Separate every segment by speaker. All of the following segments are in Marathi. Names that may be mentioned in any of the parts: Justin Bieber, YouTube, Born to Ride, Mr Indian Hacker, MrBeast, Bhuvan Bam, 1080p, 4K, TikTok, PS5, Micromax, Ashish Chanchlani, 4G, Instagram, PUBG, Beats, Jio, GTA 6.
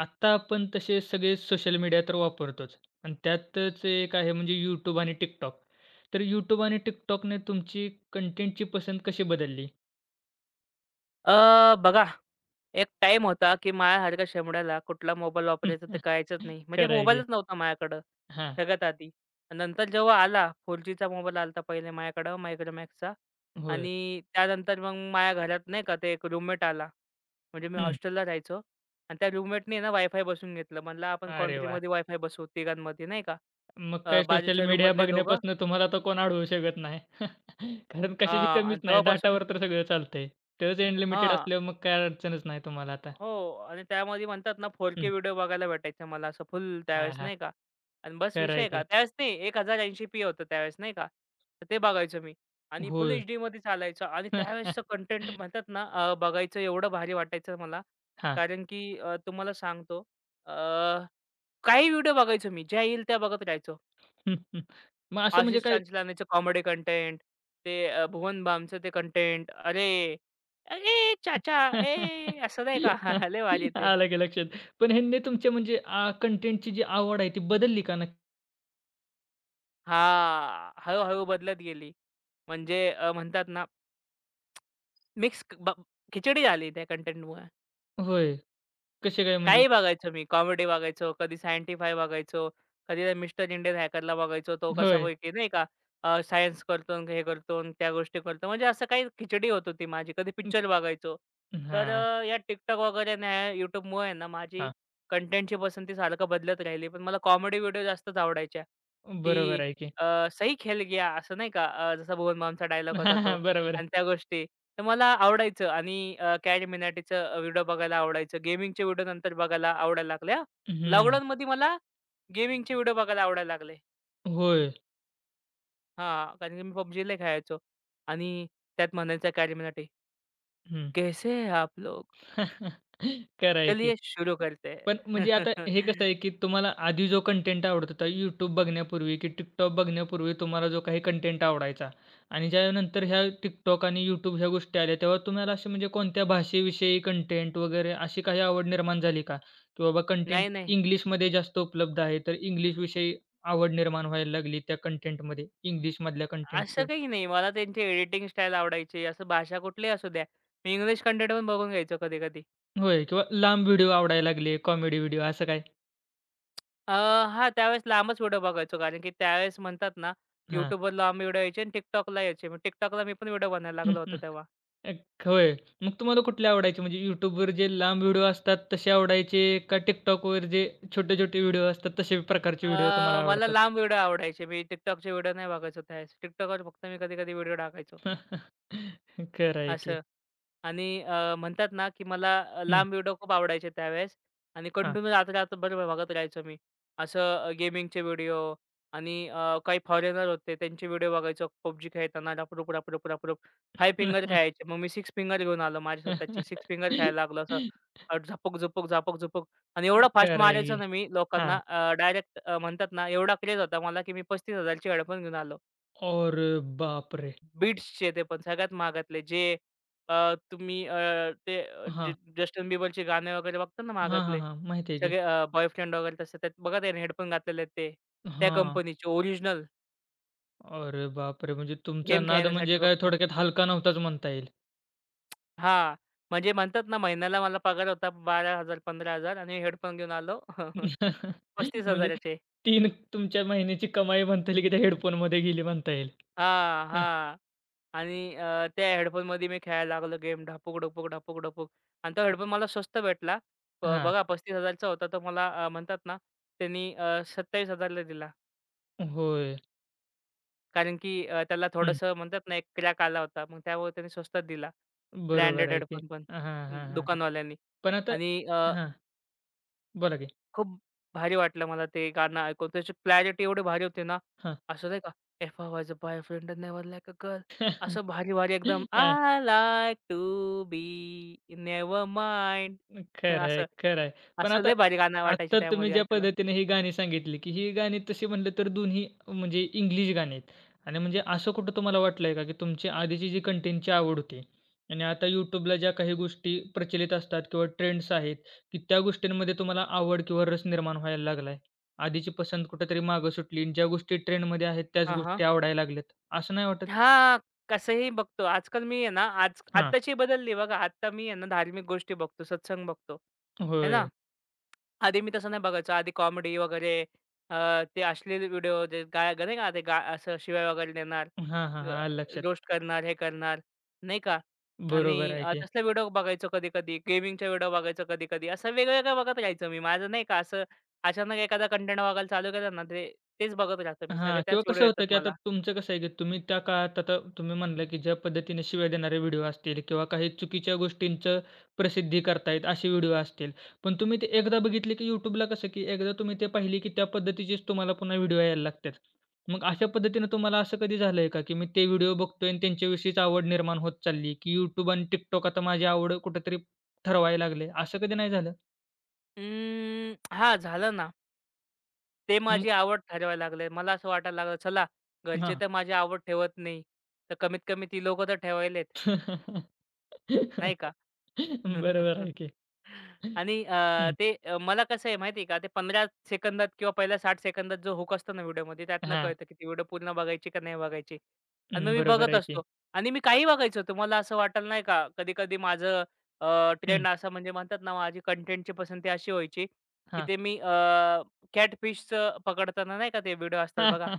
Speaker 1: आता आपण तसे सगळे सोशल मीडिया तर वापरतोच आणि त्यातच एक आहे म्हणजे YouTube आणि TikTok. तर YouTube आणि TikTokने तुमची कंटेंटची पसंत कशी बदलली?
Speaker 2: अ, बघा, एक टाइम होता, की माझ्यासारख्या शेंबड्याला कुठला मोबाईल वापरायचा ते कळायचंच नाही. म्हणजे
Speaker 1: खरं आहे की.
Speaker 2: मोबाईलच नव्हता माझ्याकडं
Speaker 1: हां.
Speaker 2: सगळ्यात आधी. आणि नंतर जेव्हा 4Gचा मोबाईल आला होता पहिले माझ्याकडं Micromaxचा.
Speaker 1: होय.
Speaker 2: आणि त्यानंतर मग माझ्या घरात नाही का ते एक रूममेट आला. म्हणजे मी
Speaker 1: हं.
Speaker 2: हॉस्टेलला राहायचो आणि त्या रूममेटनी ना वायफाय बसवून घेतलं. म्हणला आपण
Speaker 1: अरे वाह!
Speaker 2: कॉन्ट्रीमध्ये वायफाय बसवू तिघांमध्ये नाही का.
Speaker 1: मग काय सोशल
Speaker 2: बाजूच्या
Speaker 1: मीडिया
Speaker 2: रूममधले दोघं
Speaker 1: बघण्यापासून तुम्हाला तर कोण अडवू शकत नाही. कारण कशाची
Speaker 2: हां
Speaker 1: कमीच
Speaker 2: आणि
Speaker 1: नाही.
Speaker 2: तेव्हापासून
Speaker 1: डाटावर तर सगळं चालतंय. तेच अनलिमिटेड
Speaker 2: हां.
Speaker 1: असल्यावर मग काय अडचणच नाही तुम्हाला आता.
Speaker 2: हो आणि त्यामध्ये म्हणतात ना 4K
Speaker 1: हं.
Speaker 2: व्हिडिओ बघायला भेटायचा मला असं फुल
Speaker 1: हां,
Speaker 2: त्यावेळेस
Speaker 1: हां.
Speaker 2: नाही का. आणि बस
Speaker 1: खरं आहे
Speaker 2: विषय का
Speaker 1: की.
Speaker 2: त्यावेळेस नाही 1080p होतं त्यावेळेस नाही का, तर ते बघायचो मी आणि फुल
Speaker 1: होय.
Speaker 2: एचडीमध्ये चालायचं. आणि त्यावेळेसचं कंटेंट म्हणतात ना बघायचं एवढं भारी वाटायचं मला.
Speaker 1: हां.
Speaker 2: कारण की तुम्हाला सांगतो अ, काही व्हिडिओ बघायचो मी, ज्या येईल त्या बघत राहायचो.
Speaker 1: मग असं म्हणजे
Speaker 2: आशिष
Speaker 1: काय
Speaker 2: चांचलानीचं कॉमेडी कंटेंट, ते भुवन बामचं ते कंटेंट. अरे, अरे चाचा ए असं नाही का लय भारी ते.
Speaker 1: आलं की लक्षात. पण ह्यांनी तुमच्या म्हणजे कंटेंटची जी आवड आहे ती बदलली का नक्की?
Speaker 2: हां. हळू बदलत गेली. म्हणजे म्हणतात ना मिक्स ब खिचडी झाली त्या कंटेंटमुळे.
Speaker 1: होय. कसे काय म्हणजे?
Speaker 2: काही बघायचो मी. कॉमेडी बघायचो, कधी सायंटिफाय बघायचो, कधी ते मिस्टर इंडियन हॅकरला बघायचो. तो
Speaker 1: होय.
Speaker 2: कसापैकी नाही का सायन्स करतो आणि हे करतो आणि त्या गोष्टी करतो. म्हणजे असं काही खिचडी होत होती माझी. कधी पिक्चर बघायचो.
Speaker 1: अ,
Speaker 2: तर
Speaker 1: हां,
Speaker 2: या TikTok वगैरे आणि ह्या YouTubeमुळे आहे ना माझी
Speaker 1: हां.
Speaker 2: कंटेंटची पसंती सारखं बदलत राहिली. पण मला कॉमेडी व्हिडिओ जास्तच आवडायच्या, की
Speaker 1: बरोबर आहे की.
Speaker 2: अ, सही खेल गया असं नाही का, जसा भुवन बामचा डायलॉग
Speaker 1: हां,
Speaker 2: होता तो.
Speaker 1: हां. बरोबर आहे.
Speaker 2: आणि त्या गोष्टी. तर मला आवडायचं आणि कॅड मिनाटीचं व्हिडिओ बघायला आवडायचं. गेमिंगचे व्हिडिओ नंतर बघायला आवडायला लागल्या.
Speaker 1: हं.
Speaker 2: लॉकडाऊनमध्ये मला गेमिंगचे व्हिडिओ बघायला आवडायला लागले.
Speaker 1: होय.
Speaker 2: हां, कारण की मी PUBG लय खेळायचो आणि त्यात म्हणायचा कॅड मिनाटी,
Speaker 1: हं.
Speaker 2: "कैसे है आप लोग?
Speaker 1: खरं आहे की.
Speaker 2: चलिए शुरू करते
Speaker 1: पण
Speaker 2: है."
Speaker 1: म्हणजे आता हे कसं आहे, की तुम्हाला आधी जो कंटेंट आवडत होता YouTube बघण्यापूर्वी की TikTok बघण्यापूर्वी तुम्हाला जो काही कंटेंट आवडायचा आणि ज्यानंतर ह्या TikTok आणि YouTube ह्या गोष्टी आल्या, तेव्हा तुम्हाला असे म्हणजे कोणत्या भाषेविषयी कंटेंट वगैरे अशी काही आवड निर्माण झाली का? की बाबा
Speaker 2: नाही,
Speaker 1: कंटेंट
Speaker 2: नाही.
Speaker 1: इंग्लिशमध्ये जास्त उपलब्ध आहे, तर इंग्लिशविषयी आवड निर्माण व्हायला लागली त्या कंटेंटमध्ये, इंग्लिशमधल्या कंटेंटची?
Speaker 2: असं काही नाही. मला त्यांची एडिटिंग स्टाईल आवडायची. असं भाषा कुठलीही असू द्या. मी इंग्लिश कंटेंट पण बघून घ्यायचो कधी-कधी.
Speaker 1: होय किंवा लांब व्हिडिओ आवडायला लागले, कॉमेडी व्हिडिओ असं काय?
Speaker 2: अ, हां, त्यावेळेस लांबच व्हिडिओ बघायचो. कारण की त्यावेळेस म्हणतात ना,
Speaker 1: हां.
Speaker 2: YouTubeवर लांब व्हिडिओ यायचे आणि TikTokला यायचे. मग TikTokला मी पण व्हिडिओ बनवायला लागलो होतो तेव्हा.
Speaker 1: एक होय. मग तुम्हाला कुठले आवडायचे? म्हणजे YouTubeवर जे लांब व्हिडिओ असतात तसे आवडायचे का TikTokवर जे छोटे-छोटे व्हिडिओ असतात तसे प्रकारचे व्हिडिओ तुम्हाला
Speaker 2: मला
Speaker 1: आवडतात?
Speaker 2: लांब व्हिडिओ आवडायचे. मी TikTokचे व्हिडिओ नाही बघायचो त्यावेळेस. TikTokवर फक्त मी कधी-कधी व्हिडिओ टाकायचो,
Speaker 1: खरं आहे की.
Speaker 2: असं. आणि म्हणतात ना, की मला
Speaker 1: हं,
Speaker 2: लांब व्हिडिओ खूप आवडायचे त्यावेळेस आणि
Speaker 1: हां.
Speaker 2: कंटिन्यू रात्र-रात्रभर बघत राहायचो मी. असं गेमिंगचे व्हिडिओ आणि काही फॉरेनर होते त्यांचे व्हिडिओ बघायचो. PUBG खेळताना रप-रुप, रप-रुप, फिंगर खेळायचे. मग मी 6 फिंगर घेऊन आलो माझी स्वतःची. 6 फिंगर खेळायला लागलो असं झपक-झपक, झपक-झपक आणि एवढा फास्ट
Speaker 1: खरं आहे
Speaker 2: मारायचो
Speaker 1: की.
Speaker 2: ना मी
Speaker 1: हां.
Speaker 2: लोकांना, डायरेक्ट, म्हणतात ना, एवढा क्रेझ होता मला, की मी 35,000ची हेडफोन घेऊन आलो.
Speaker 1: अरे बापरे!
Speaker 2: बीट्सचे ते पण सगळ्यात महागातले जे तुम्ही ते अ, ज
Speaker 1: हां.
Speaker 2: जस्टिन बिबरचे गाणे वगैरे बघता ना
Speaker 1: हां, हां,
Speaker 2: महागातले.
Speaker 1: हां. माहिती आहे की.
Speaker 2: सगळे बॉयफ्रेंड वगैरे तसे त्यात बघा, त्याने हेडफोन घातलेले आहेत ते. त्या
Speaker 1: हां.
Speaker 2: कंपनीचे ओरिजिनल,
Speaker 1: अरे बापरे! म्हणजे तुमचा
Speaker 2: गेम
Speaker 1: नाद
Speaker 2: खेळण्यासाठी
Speaker 1: म्हणजे काय
Speaker 2: फक्त.
Speaker 1: थोडक्यात हलका नव्हताच म्हणता येईल.
Speaker 2: हां, म्हणजे म्हणतात ना महिन्याला मला पगार होता 12,000-15,000 आणि हेडफोन घेऊन आलो
Speaker 1: म्हणजे
Speaker 2: 35,000चे.
Speaker 1: 3 तुमच्या महिन्याची कमाई म्हणता येईल की त्या हेडफोनमध्ये गेली म्हणता येईल.
Speaker 2: हां,
Speaker 1: हं,
Speaker 2: हां. आणि त्या हेडफोनमध्ये मी खेळायला लागलो गेम ढापूक, ढुपूक, ढापूक, ढुपूक आणि तो हेडफोन मला स्वस्त भेटला.
Speaker 1: हां.
Speaker 2: बघा 35,000 चा होता. तर मला म्हणतात ना त्यांनी 27,000 ला दिला.
Speaker 1: होय.
Speaker 2: कारण की त्याला
Speaker 1: हं.
Speaker 2: थोडंसं म्हणतात ना एक क्रॅक आला होता. मग त्यामुळे त्यांनी स्वस्तात दिला.
Speaker 1: बरोबर
Speaker 2: ब्रँडेड
Speaker 1: आहे की.
Speaker 2: हेडफोन पण
Speaker 1: हां, हां,
Speaker 2: अं,
Speaker 1: हां, हां.
Speaker 2: दुकानवाल्यांनी.
Speaker 1: पण आता
Speaker 2: आणि
Speaker 1: हां, बोला की.
Speaker 2: खूप भारी वाटलं मला ते गाणं ऐकून. त्याची क्लॅरिटी एवढी भारी होती ना,
Speaker 1: हां.
Speaker 2: असं नाही का, "if I was a boyfriend never like a girl." असं भारी-भारी एकदम,
Speaker 1: uh,
Speaker 2: I like to be never mind,
Speaker 1: खरं आहे,
Speaker 2: असं,
Speaker 1: खरं आहे. पण
Speaker 2: असं
Speaker 1: आता
Speaker 2: लय भारी गाणं वाटायचं
Speaker 1: आत्ता तुम्ही
Speaker 2: त्यामध्ये
Speaker 1: ज्या
Speaker 2: ऐकायला.
Speaker 1: पद्धतीने ही गाणी सांगितली, की ही गाणी तशी म्हटलं तर दोन्ही म्हणजे इंग्लिश गाणी आहेत आणि म्हणजे असं कुठं तुम्हाला वाटलंय का, की तुमची आधीची जी कंटेंटची आवड होती आणि आता YouTubeला ज्या काही गोष्टी प्रचलित असतात किंवा ट्रेंड्स आहेत, की त्या गोष्टींमध्ये तुम्हाला आवड किंवा रस निर्माण व्हायला लागलाय? आधीची पसंत कुठेतरी मागं सुटली आणि ज्या गोष्टी ट्रेंडमध्ये आहेत त्याच
Speaker 2: हां, हां.
Speaker 1: गोष्टी आवडायला लागल्यात, असं नाही वाटत?
Speaker 2: हां, कसंही बघतो. आजकाल मी आहे ना, आज
Speaker 1: हां.
Speaker 2: आत्ताची बदलली बघा. आत्ता मी आहे ना, धार्मिक गोष्टी बघतो, सत्संग बघतो, आहे ना.
Speaker 1: होय.
Speaker 2: आधी मी तसं नाही बघायचो. आधी कॉमेडी वगैरे, ते अश्लील व्हिडिओ, जे गा नाही का ते गा असं शिव्या वगैरे देणार,
Speaker 1: हां, हां, हां. आलं लक्षात.
Speaker 2: रोस्ट करणार, हे करणार, नाही का?
Speaker 1: बरोबर
Speaker 2: आणि
Speaker 1: आहे की.
Speaker 2: तसले व्हिडिओ बघायचो कधी-कधी. गेमिंगचे व्हिडिओ बघायचो कधी-कधी. असं वेगवेगळं बघत राहायचो मी. माझं नाही का असं, अचानक एखादा कंटेंट बघायला चालू केलं ना, ते तेच बघत राहतो मी. सगळे
Speaker 1: हां,
Speaker 2: त्याच
Speaker 1: किंवा
Speaker 2: व्हिडिओ
Speaker 1: कसं
Speaker 2: येतात
Speaker 1: होतं, की आता
Speaker 2: मला.
Speaker 1: तुमचं कसं आहे, की तुम्ही त्या काळात आता तुम्ही म्हणलं, की ज्या पद्धतीने शिव्या देणारे व्हिडिओ असतील किंवा काही चुकीच्या गोष्टींचं प्रसिद्धी करतायत असे व्हिडिओ असतील. पण तुम्ही ते एकदा बघितले, की YouTubeला कसं, की एकदा तुम्ही ते पाहिली, की त्या पद्धतीचेच तुम्हाला पुन्हा व्हिडिओ यायला लागतात. मग अशा पद्धतीनं तुम्हाला असं कधी झालंय का, की मी ते व्हिडिओ बघतोय आणि त्यांच्याविषयीच आवड निर्माण होत चालली, की YouTube आणि TikTok आता माझी आवड कुठेतरी ठरवायला लागले. असं कधी नाही झालं?
Speaker 2: अं, हां, झालं ना. ते
Speaker 1: मग
Speaker 2: माझी आवड ठरवायला लागले. मला असं वाटायला लागलं, चला घरचे
Speaker 1: हां.
Speaker 2: तर माझी आवड ठेवत नाही. तर कमीत कमी ती लोकं तर ठेवायलेत, नाही का?
Speaker 1: बरोबर आहे की.
Speaker 2: आणि
Speaker 1: हं.
Speaker 2: मला कसं आहे माहिती आहे का, ते 15 सेकंदात किंवा पहिल्या 60 सेकंदात जो हूक असतो ना व्हिडिओमध्ये, त्यातनं
Speaker 1: हां.
Speaker 2: कळतं की ती व्हिडिओ पूर्ण बघायची का नाही बघायची. आणि मग
Speaker 1: हं,
Speaker 2: मी
Speaker 1: बरोबर
Speaker 2: बघत
Speaker 1: आहे की.
Speaker 2: असतो आणि मी काही बघायचो. तुम्हाला असं वाटेल नाही का, कधी-कधी माझं
Speaker 1: हं.
Speaker 2: ट्रेंड असं म्हणजे म्हणतात ना, माझी कंटेंटची पसंती अशी व्हायची की
Speaker 1: हां.
Speaker 2: ते मी कॅटफिशचं पकडताना नाही का ते व्हिडिओ असतात बघा.
Speaker 1: हां,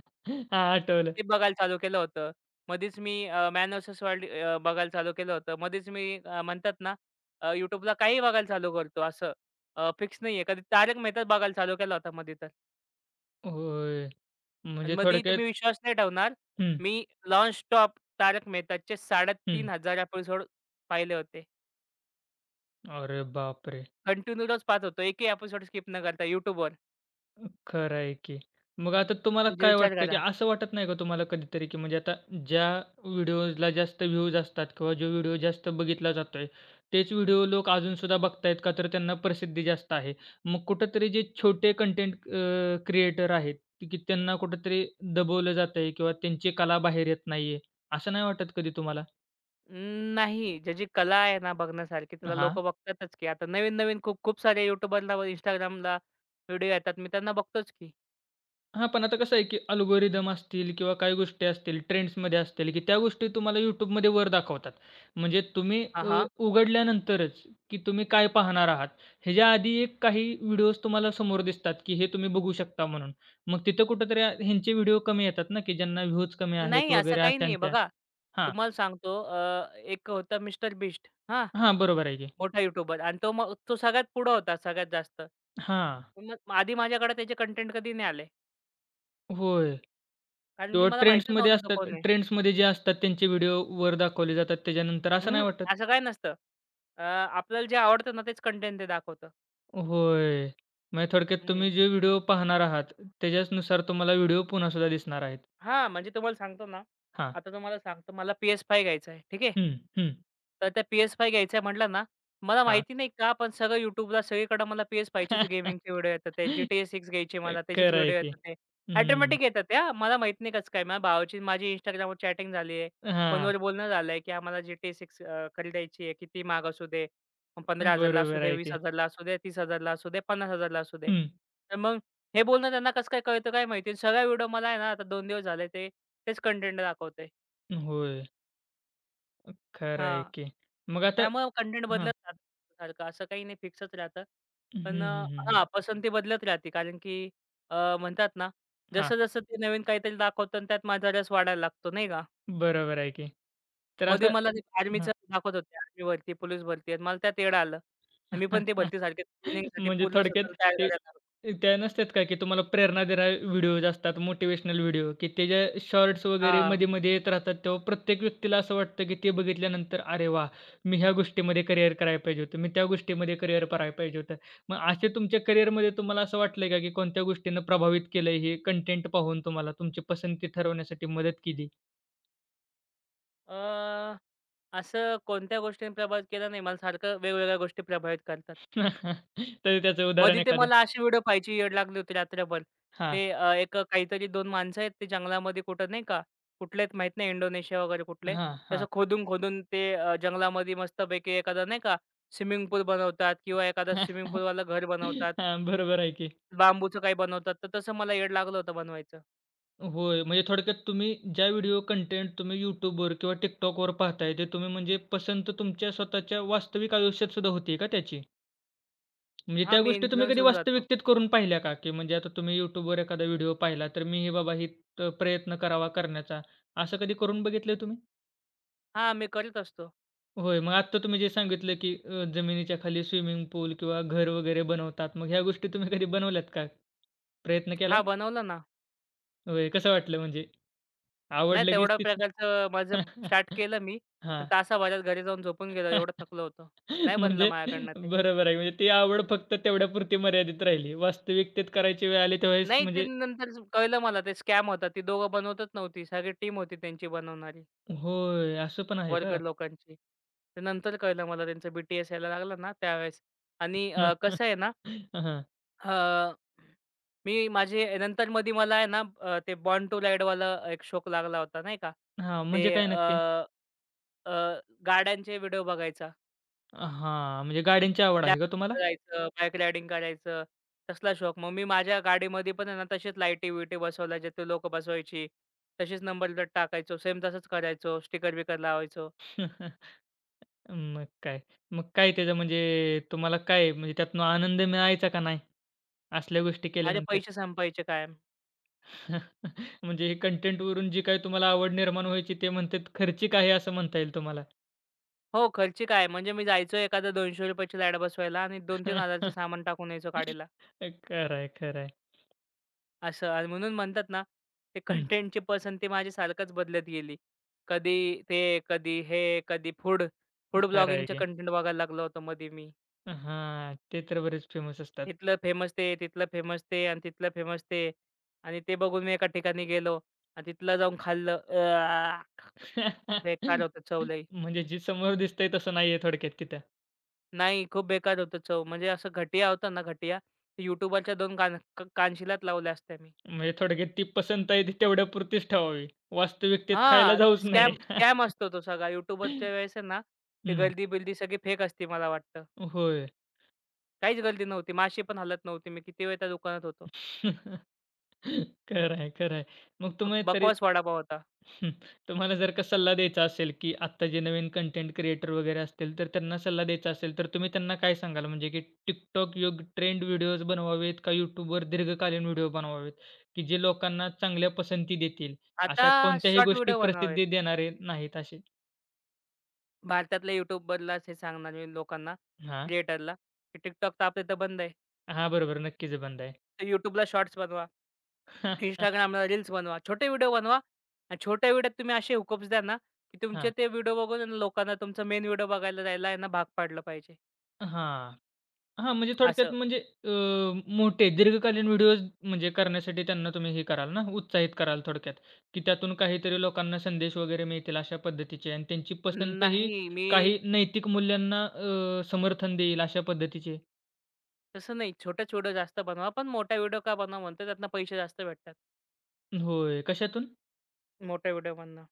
Speaker 1: आठवलं.
Speaker 2: ते बघायला चालू केलं होतं. मधीच मी मॅन व्हर्सेस वर्ल्ड बघायला चालू केलं होतं. मधीच मी म्हणतात ना, YouTubeला काहीही बघायला चालू करतो, असं फिक्स नाहीये. कधी तारक मेहताच बघायला चालू केला होता मधी तर.
Speaker 1: होय.
Speaker 2: आणि
Speaker 1: म्हणजे
Speaker 2: मधी
Speaker 1: थोडक्यात
Speaker 2: तुम्ही विश्वास नाही ठेवणार,
Speaker 1: हं,
Speaker 2: मी नॉन स्टॉप तारक मेहताचे
Speaker 1: हं.
Speaker 2: 3,500 एपिसोड पाहिले होते.
Speaker 1: अरे बापरे!
Speaker 2: कंटिन्यू रोज पाहत होतो. एकही एपिसोड स्किप न करता YouTubeवर.
Speaker 1: खरं आहे की. मग आता तुम्हाला
Speaker 2: म्हणजे
Speaker 1: काय
Speaker 2: विचार
Speaker 1: वाटतं, की
Speaker 2: करा.
Speaker 1: असं वाटत नाही का तुम्हाला कधीतरी, की म्हणजे आता ज्या व्हिडिओजला जास्त व्ह्यूज असतात किंवा जो व्हिडिओ जास्त बघितला जातोय, तेच व्हिडिओ लोक अजूनसुद्धा बघतायत का? तर त्यांना प्रसिद्धी जास्त आहे. मग कुठेतरी जे छोटे कंटेंट क्रिएटर आहेत, ते की त्यांना कुठेतरी दबवलं जातंय किंवा त्यांची कला बाहेर येत नाहीये, असं नाही वाटत कधी तुम्हाला?
Speaker 2: अं, नाही. ज्याची कला आहे ना बघण्यासारखी, त्याला
Speaker 1: हां.
Speaker 2: लोकं बघतातच की. आता नवीन-नवीन खूप खूप सारे YouTubeरला, Instagramला व्हिडिओ येतात. मी त्यांना बघतोच की.
Speaker 1: हां, पण आता कसं आहे, की अल्गोरिदम असतील किंवा काही गोष्टी असतील, ट्रेंड्समध्ये असतील, की त्या गोष्टी तुम्हाला YouTubeमध्ये वर दाखवतात. म्हणजे तुम्ही
Speaker 2: हां, हां.
Speaker 1: उघडल्यानंतरच, की तुम्ही काय पाहणार आहात, ह्याच्या आधी एक काही व्हिडिओज तुम्हाला समोर दिसतात, की हे तुम्ही बघू शकता म्हणून. मग तिथं कुठेतरी ह्यांचे व्हिडिओ कमी येतात ना, की ज्यांना व्ह्यूज कमी आहेत
Speaker 2: नाही, असं
Speaker 1: वगैरे
Speaker 2: काही नाही आहे.
Speaker 1: अशांच्या.
Speaker 2: बघा,
Speaker 1: हां,
Speaker 2: तुम्हाला सांगतो एक होता मिस्टर बीस्ट, हां,
Speaker 1: हां, बरोबर आहे की.
Speaker 2: मोठा YouTuber आणि तो सगळ्यात पुढं होता, सगळ्यात जास्त.
Speaker 1: हां,
Speaker 2: मग आधी माझ्याकडे त्याचे कंटेंट कधी नाही आले.
Speaker 1: होय.
Speaker 2: कारण की
Speaker 1: किंवा
Speaker 2: मला माहीतच
Speaker 1: ट्रेंड्समध्ये
Speaker 2: नव्हतं तो
Speaker 1: असतात.
Speaker 2: कोण आहे.
Speaker 1: ट्रेंड्समध्ये जे असतात त्यांचे व्हिडिओ वर दाखवले जातात त्याच्यानंतर, असं
Speaker 2: अं,
Speaker 1: नाही वाटत?
Speaker 2: असं काही नसतं. आपल्याला जे आवडतं ना तेच कंटेंट ते दाखवतं.
Speaker 1: होय. म्हणजे थोडक्यात तुम्ही जे व्हिडिओ पाहणार आहात, त्याच्याचनुसार तुम्हाला व्हिडिओ पुन्हासुद्धा दिसणार आहेत.
Speaker 2: हां, म्हणजे तुम्हाला सांगतो ना,
Speaker 1: हां,
Speaker 2: आता तुम्हाला सांगतो मला PS5 घ्यायचा आहे. ठीक आहे.
Speaker 1: हं, हं,
Speaker 2: तर त्या PS5 घ्यायचं म्हटलं ना, मला
Speaker 1: हां.
Speaker 2: माहिती नाही का, पण सगळं YouTubeला सगळीकडे मला PS5चेच गेमिंगचे व्हिडिओ येतात. ते GTA 6 घ्यायचे मला, त्याचेच
Speaker 1: खरं आहे
Speaker 2: व्हिडिओ
Speaker 1: की.
Speaker 2: येतात ते.
Speaker 1: हं.
Speaker 2: ऑटोमॅटिक येतात ते, मला माहीत नाही कसं काय. माझ्या भावाची माझी Instagramवर चॅटिंग झाली आहे.
Speaker 1: हां.
Speaker 2: फोनवर बोलणं झालंय, की आम्हाला GTA 6 खरीदायची आहे. किती महाग असू दे, मग 15,000ला असू
Speaker 1: बरोबर
Speaker 2: दे,
Speaker 1: आहे की.
Speaker 2: 20,000ला असू दे, 30,000ला असू दे, 50,000ला असू दे.
Speaker 1: हं.
Speaker 2: तर मग हे बोलणं त्यांना कसं काय कळतं, काय माहिती. सगळा व्हिडिओ मला आहे ना, आता 2 दिवस झाले ते तेच कंटेंट दाखवतंय.
Speaker 1: होय. खरं आहे
Speaker 2: हां.
Speaker 1: की. मग आता
Speaker 2: त्यामुळं कंटेंट
Speaker 1: हां.
Speaker 2: बदलत राहतं सारखं. असं काही नाही फिक्सच राहतं.
Speaker 1: हं,
Speaker 2: पण
Speaker 1: हं, हं, हं.
Speaker 2: हां, पसंती बदलत राहते कारण की अ, म्हणतात ना,
Speaker 1: हां.
Speaker 2: जसं-जसं ते नवीन काहीतरी दाखवतं आणि त्यात माझा रस वाढायला लागतो, नाही का?
Speaker 1: बरोबर आहे की. तर
Speaker 2: मध्ये
Speaker 1: असं
Speaker 2: मला ते आर्मीचं दाखवत होते. आर्मी भरती, पोलीस भरती आणि मला त्यात येडं आलं. आणि मी पण ते भरतीसारखे ट्रेनिंगसाठी
Speaker 1: म्हणजे
Speaker 2: पूर्ण
Speaker 1: थोडक्यात
Speaker 2: स्वतःला तयार
Speaker 1: ते
Speaker 2: करायला लागलो.
Speaker 1: ते त्या नसतात का, की तुम्हाला प्रेरणा देणारे व्हिडिओज असतात, मोटिव्हेशनल व्हिडिओ, की ते जे शॉर्ट्स वगैरे
Speaker 2: हां.
Speaker 1: मध्ये-मध्ये येत राहतात, तेव्हा प्रत्येक व्यक्तीला असं वाटतं, की ते बघितल्यानंतर, "अरे वा मी ह्या गोष्टीमध्ये करिअर करायला पाहिजे होतं. मी त्या गोष्टीमध्ये करिअर करायला पाहिजे होतं." मग असे तुमच्या करिअरमध्ये तुम्हाला असं वाटलंय का, की कोणत्या गोष्टीनं प्रभावित केलंय हे कंटेंट पाहून तुम्हाला तुमची पसंती ठरवण्यासाठी मदत केली?
Speaker 2: अ, असं कोणत्या गोष्टीने प्रभावित केलं नाही. मला सारखं वेगवेगळ्या गोष्टी प्रभावित करतात.
Speaker 1: तर त्याचं उदाहरण
Speaker 2: मधी ते
Speaker 1: एखादं.
Speaker 2: मला असे व्हिडिओ पाहायची वेड लागली होती रात्रभर.
Speaker 1: हां,
Speaker 2: ते एक काहीतरी दोन माणसं आहेत ते जंगलामध्ये कुठं नाही का, कुठले आहेत माहीत नाही इंडोनेशिया वगैरे कुठले.
Speaker 1: हां,
Speaker 2: तसं
Speaker 1: हां.
Speaker 2: खोदून-खोदून ते जंगलामध्ये मस्तपैकी एखादा नाही का स्विमिंग पूल बनवतात किंवा एखादा स्विमिंग पूलवाला घर बनवतात.
Speaker 1: हां, बरोबर आहे
Speaker 2: बांबूचं काही बनवतात. तर तसं मला वेड लागलं होतं बनवायचं.
Speaker 1: होय. म्हणजे थोडक्यात तुम्ही ज्या व्हिडिओ कंटेंट तुम्ही YouTubeवर किंवा TikTokवर पाहताय, ते तुम्ही म्हणजे पसंत तुमच्या स्वतःच्या वास्तविक आयुष्यात सुद्धा होती का त्याची? म्हणजे
Speaker 2: हां,
Speaker 1: त्या
Speaker 2: मी
Speaker 1: गोष्टी तुम्ही
Speaker 2: इन्फ्लुअन्स
Speaker 1: कधी
Speaker 2: होऊन जातो.
Speaker 1: वास्तविकतेत करून पाहिल्या का? की म्हणजे आता तुम्ही YouTubeवर एखादा व्हिडिओ पाहिला, तर मीही बाबा ही प्रयत्न करावा करण्याचा, असं कधी करून बघितलंय तुम्ही?
Speaker 2: हां, मी करत असतो.
Speaker 1: होय. मग आत्ता तुम्ही जे सांगितलं की जमिनीच्या खाली स्विमिंग पूल किंवा घर वगैरे बनवतात. मग ह्या गोष्टी तुम्ही कधी बनवल्यात का? प्रयत्न
Speaker 2: हां,
Speaker 1: केलाय?
Speaker 2: बनवलं ना.
Speaker 1: होय. कसं वाटलं म्हणजे?
Speaker 2: नाही
Speaker 1: आवडलं की
Speaker 2: तेवढ्या
Speaker 1: स्थिती?
Speaker 2: प्रकारचं माझं स्टार्ट केलं मी. पण
Speaker 1: हां.
Speaker 2: तासाभरात घरी जाऊन झोपून गेलो, एवढं थकलो होतो. नाही बनलं
Speaker 1: म्हणजे
Speaker 2: माझ्याकडनं ते.
Speaker 1: बरोबर आहे. म्हणजे ती आवड फक्त तेवढ्यापुरती मर्यादित राहिली. वास्तविकतेत करायची वेळ आली त्यावेळेस
Speaker 2: नाही, ते
Speaker 1: म्हणजे
Speaker 2: नंतर कळलं मला ते स्कॅम होता. ती दोघं बनवतच नव्हती. सगळी टीम होती त्यांची बनवणारी,
Speaker 1: होय, असं पण आहे का?
Speaker 2: वर्कर लोकांची. ते नंतर कळलं मला, त्यांचं बी यायला लागलं ना त्यावेळेस. आणि कसं आहे ना,
Speaker 1: हां,
Speaker 2: अ, मी माझे नंतर मध्ये मला आहे ना ते बॉर्न टू राईडवाला एक शौक लागला होता नाही का.
Speaker 1: हां.
Speaker 2: ते
Speaker 1: म्हणजे काय नक्की?
Speaker 2: अ, अ, गाड्यांचे व्हिडिओ बघायचा.
Speaker 1: हां, म्हणजे गाड्यांची आवड आहे का तुम्हाला?
Speaker 2: रॅफ्टिंग करायचं, बाईक रायडिंग करायचं, तसला शौक. मग मी माझ्या गाडीमध्ये पण आहे ना, तसेच लाईटी-बिईटी बसवल्या, जे ते लोकं बसवायची. तसेच नंबर प्लेट टाकायचो. सेम तसंच करायचो. स्टिकर-बिकर लावायचो.
Speaker 1: मग काय. मग काय त्याचं म्हणजे तुम्हाला काय म्हणजे त्यातनं आनंद मिळायचा का नाही? असल्या गोष्टी
Speaker 2: माझे
Speaker 1: केल्यानंतर?
Speaker 2: पैसे संपायचे कायम.
Speaker 1: म्हणजे हे कंटेंटवरून जी काही तुम्हाला आवड निर्माण व्हायची ते म्हणतात खर्चिक आहे असं म्हणता येईल तुम्हाला.
Speaker 2: हो, खर्ची आहे. म्हणजे मी जायचो एखादा ₹200 ची लाईट बसवायला आणि 2,000-3,000चं सामान टाकून यायचो गाडीला.
Speaker 1: खरं आहे,
Speaker 2: असं आणि म्हणून म्हणतात ना, ते कंटेंटची पसंती माझी सारखंच बदलत गेली. कधी ते, कधी हे, कधी फूड फूड
Speaker 1: खरं आहे
Speaker 2: ब्लॉगिंगचे
Speaker 1: की.
Speaker 2: कंटेंट बघायला लागलो होतो मध्ये मी.
Speaker 1: हां, ते तर बरेच फेमस असतात.
Speaker 2: तिथलं फेमस ते, तिथलं फेमस ते आणि तिथलं फेमस ते आणि ते बघून मी एका ठिकाणी गेलो आणि तिथलं जाऊन खाल्लं. बेकार होतं चव लई.
Speaker 1: म्हणजे जे समोर दिसतंय तसं नाहीये थोडक्यात तिथं.
Speaker 2: नाही, खूप बेकार होतं चव. म्हणजे असं घटिया होतं ना घटिया, ते YouTuberच्या 2 कान कानशिलात लावल्या असत्या मी.
Speaker 1: म्हणजे थोडक्यात ती पसंत आहे ती तेवढ्यापुरतीच ठेवावी. वास्तविकतेत खायला
Speaker 2: हां,
Speaker 1: जाऊच नये.
Speaker 2: स्कॅम स्कॅम असतो तो सगळा. YouTuberच्या वेळेस आहे ना, ते
Speaker 1: हं,
Speaker 2: गर्दी-बिर्दी सगळी फेक असते मला वाटतं.
Speaker 1: होय.
Speaker 2: काहीच गर्दी नव्हती. माशी पण हलत नव्हती. मी किती वेळ त्या दुकानात होतो.
Speaker 1: खरं आहे, खरं आहे. मग तुम्ही तरी
Speaker 2: बकवास वडापाव होता.
Speaker 1: हं, तुम्हाला जर का सल्ला द्यायचा असेल, की आत्ता जे नवीन कंटेंट क्रिएटर वगैरे असतील, तर त्यांना सल्ला द्यायचा असेल, तर तुम्ही त्यांना काय सांगाल? म्हणजे की TikTok योग्य ट्रेंड व्हिडिओज बनवावेत का YouTubeवर दीर्घकालीन व्हिडिओ बनवावेत, की जे लोकांना चांगल्या पसंती देतील?
Speaker 2: आता
Speaker 1: अशा कोणत्याही
Speaker 2: शॉर्ट
Speaker 1: गोष्टी
Speaker 2: व्हिडिओ बनवावेत.
Speaker 1: प्रसिद्धी देणारे नाहीत असे?
Speaker 2: भारतातल्या YouTubeरलाच हे सांगणार मी लोकांना,
Speaker 1: हां.
Speaker 2: क्रिएटरला, की TikTok तर आपल्या इथं बंद आहे.
Speaker 1: हां, बरोबर. नक्कीच बंद आहे.
Speaker 2: तर YouTubeला शॉर्ट्स बनवा, Instagramला रील्स बनवा, छोटे व्हिडिओ बनवा आणि छोट्या व्हिडिओत तुम्ही असे हुकअप्स द्या ना, की तुमचे
Speaker 1: हां.
Speaker 2: ते व्हिडिओ बघून आहे ना, लोकांना तुमचा मेन व्हिडिओ बघायला जायला आहे भाग पाडलं पाहिजे.
Speaker 1: हां. हां, म्हणजे
Speaker 2: असं.
Speaker 1: थोडक्यात म्हणजे अ, मोठे दीर्घकालीन व्हिडिओज म्हणजे करण्यासाठी त्यांना तुम्ही हे कराल ना, उत्साहित कराल थोडक्यात, की त्यातून काहीतरी लोकांना संदेश वगैरे मिळतील अशा पद्धतीचे आणि त्यांची पसंत ही
Speaker 2: नाही, मी
Speaker 1: काही नैतिक मूल्यांना समर्थन देईल अशा पद्धतीचे.
Speaker 2: तसं नाही. छोटाच व्हिडिओ जास्त बनवा, पण मोठा व्हिडिओ का बनवा म्हणतो, त्यातनं पैसे जास्त भेटतात,
Speaker 1: होय. कशातून?
Speaker 2: मोठ्या व्हिडिओमधनं.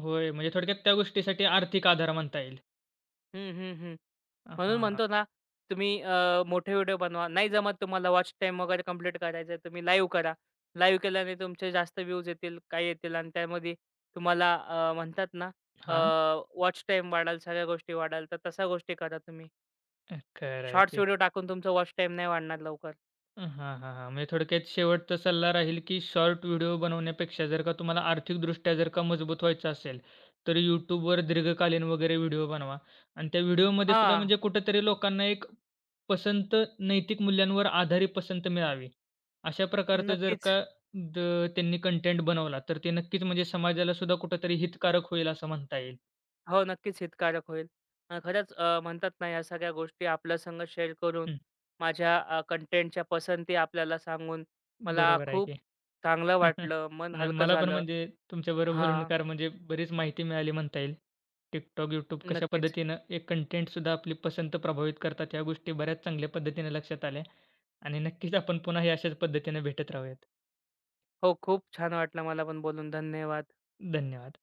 Speaker 1: होय, म्हणजे थोडक्यात त्या गोष्टीसाठी आर्थिक आधार म्हणता येईल.
Speaker 2: हं, हं, हं. म्हणून
Speaker 1: हां,
Speaker 2: म्हणतो ना, तुम्ही मोठे व्हिडिओ बनवा. नाही जमत तुम्हाला वॉच टाईम वगैरे कंप्लीट करायचं आहे, तुम्ही लाईव्ह करा. लाईव्ह केल्याने तुमचे जास्त व्ह्यूज येतील, काही येतील आणि त्यामध्ये तुम्हाला म्हणतात ना, अ,
Speaker 1: हां.
Speaker 2: वॉच टाईम वाढेल, सगळ्या गोष्टी वाढेल. तर तशा गोष्टी करा तुम्ही.
Speaker 1: खरं आहे
Speaker 2: शॉर्ट्स
Speaker 1: की.
Speaker 2: व्हिडिओ टाकून तुमचा वॉच टाईम नाही वाढणार लवकर.
Speaker 1: हां, हां, हां. म्हणजे थोडक्यात शेवटचा सल्ला राहील, की शॉर्ट व्हिडिओ बनवण्यापेक्षा जर का तुम्हाला आर्थिकदृष्ट्या जर का मजबूत व्हायचं असेल, तर YouTubeवर दीर्घकालीन वगैरे व्हिडिओ बनवा आणि त्या व्हिडिओमध्ये सुद्धा
Speaker 2: हां,
Speaker 1: म्हणजे कुठेतरी लोकांना एक पसंत नैतिक मूल्यांवर आधारित पसंत मिळावी. अशा प्रकारचं जर
Speaker 2: नक्कीच.
Speaker 1: का द त्यांनी कंटेंट बनवला, तर ते नक्कीच म्हणजे समाजाला सुद्धा कुठेतरी हितकारक होईल असं म्हणता येईल.
Speaker 2: हो, नक्कीच हितकारक होईल. खरंच म्हणतात ना, या सगळ्या गोष्टी आपल्या संग शेअर करून,
Speaker 1: हं,
Speaker 2: माझ्या कंटेंटच्या पसंती आपल्याला सांगून, मला
Speaker 1: बरोबर आहे
Speaker 2: खूप
Speaker 1: की.
Speaker 2: चांगलं वाटलं. मन
Speaker 1: नाही
Speaker 2: हलकं
Speaker 1: मला पण
Speaker 2: झालं.
Speaker 1: म्हणजे तुमच्याबरोबर बोलून
Speaker 2: हां,
Speaker 1: म्हणजे बरीच माहिती मिळाली म्हणता येईल. TikTok, YouTube कशा
Speaker 2: नक्कीच.
Speaker 1: पद्धतीनं एक कंटेंटसुद्धा आपली पसंत प्रभावित करतात, ह्या गोष्टी बऱ्याच चांगल्या पद्धतीने लक्षात आल्या आणि नक्कीच आपण पुन्हा हे अशाच पद्धतीने भेटत राहूयात.
Speaker 2: हो, खूप छान वाटलं मला पण बोलून. धन्यवाद.
Speaker 1: धन्यवाद.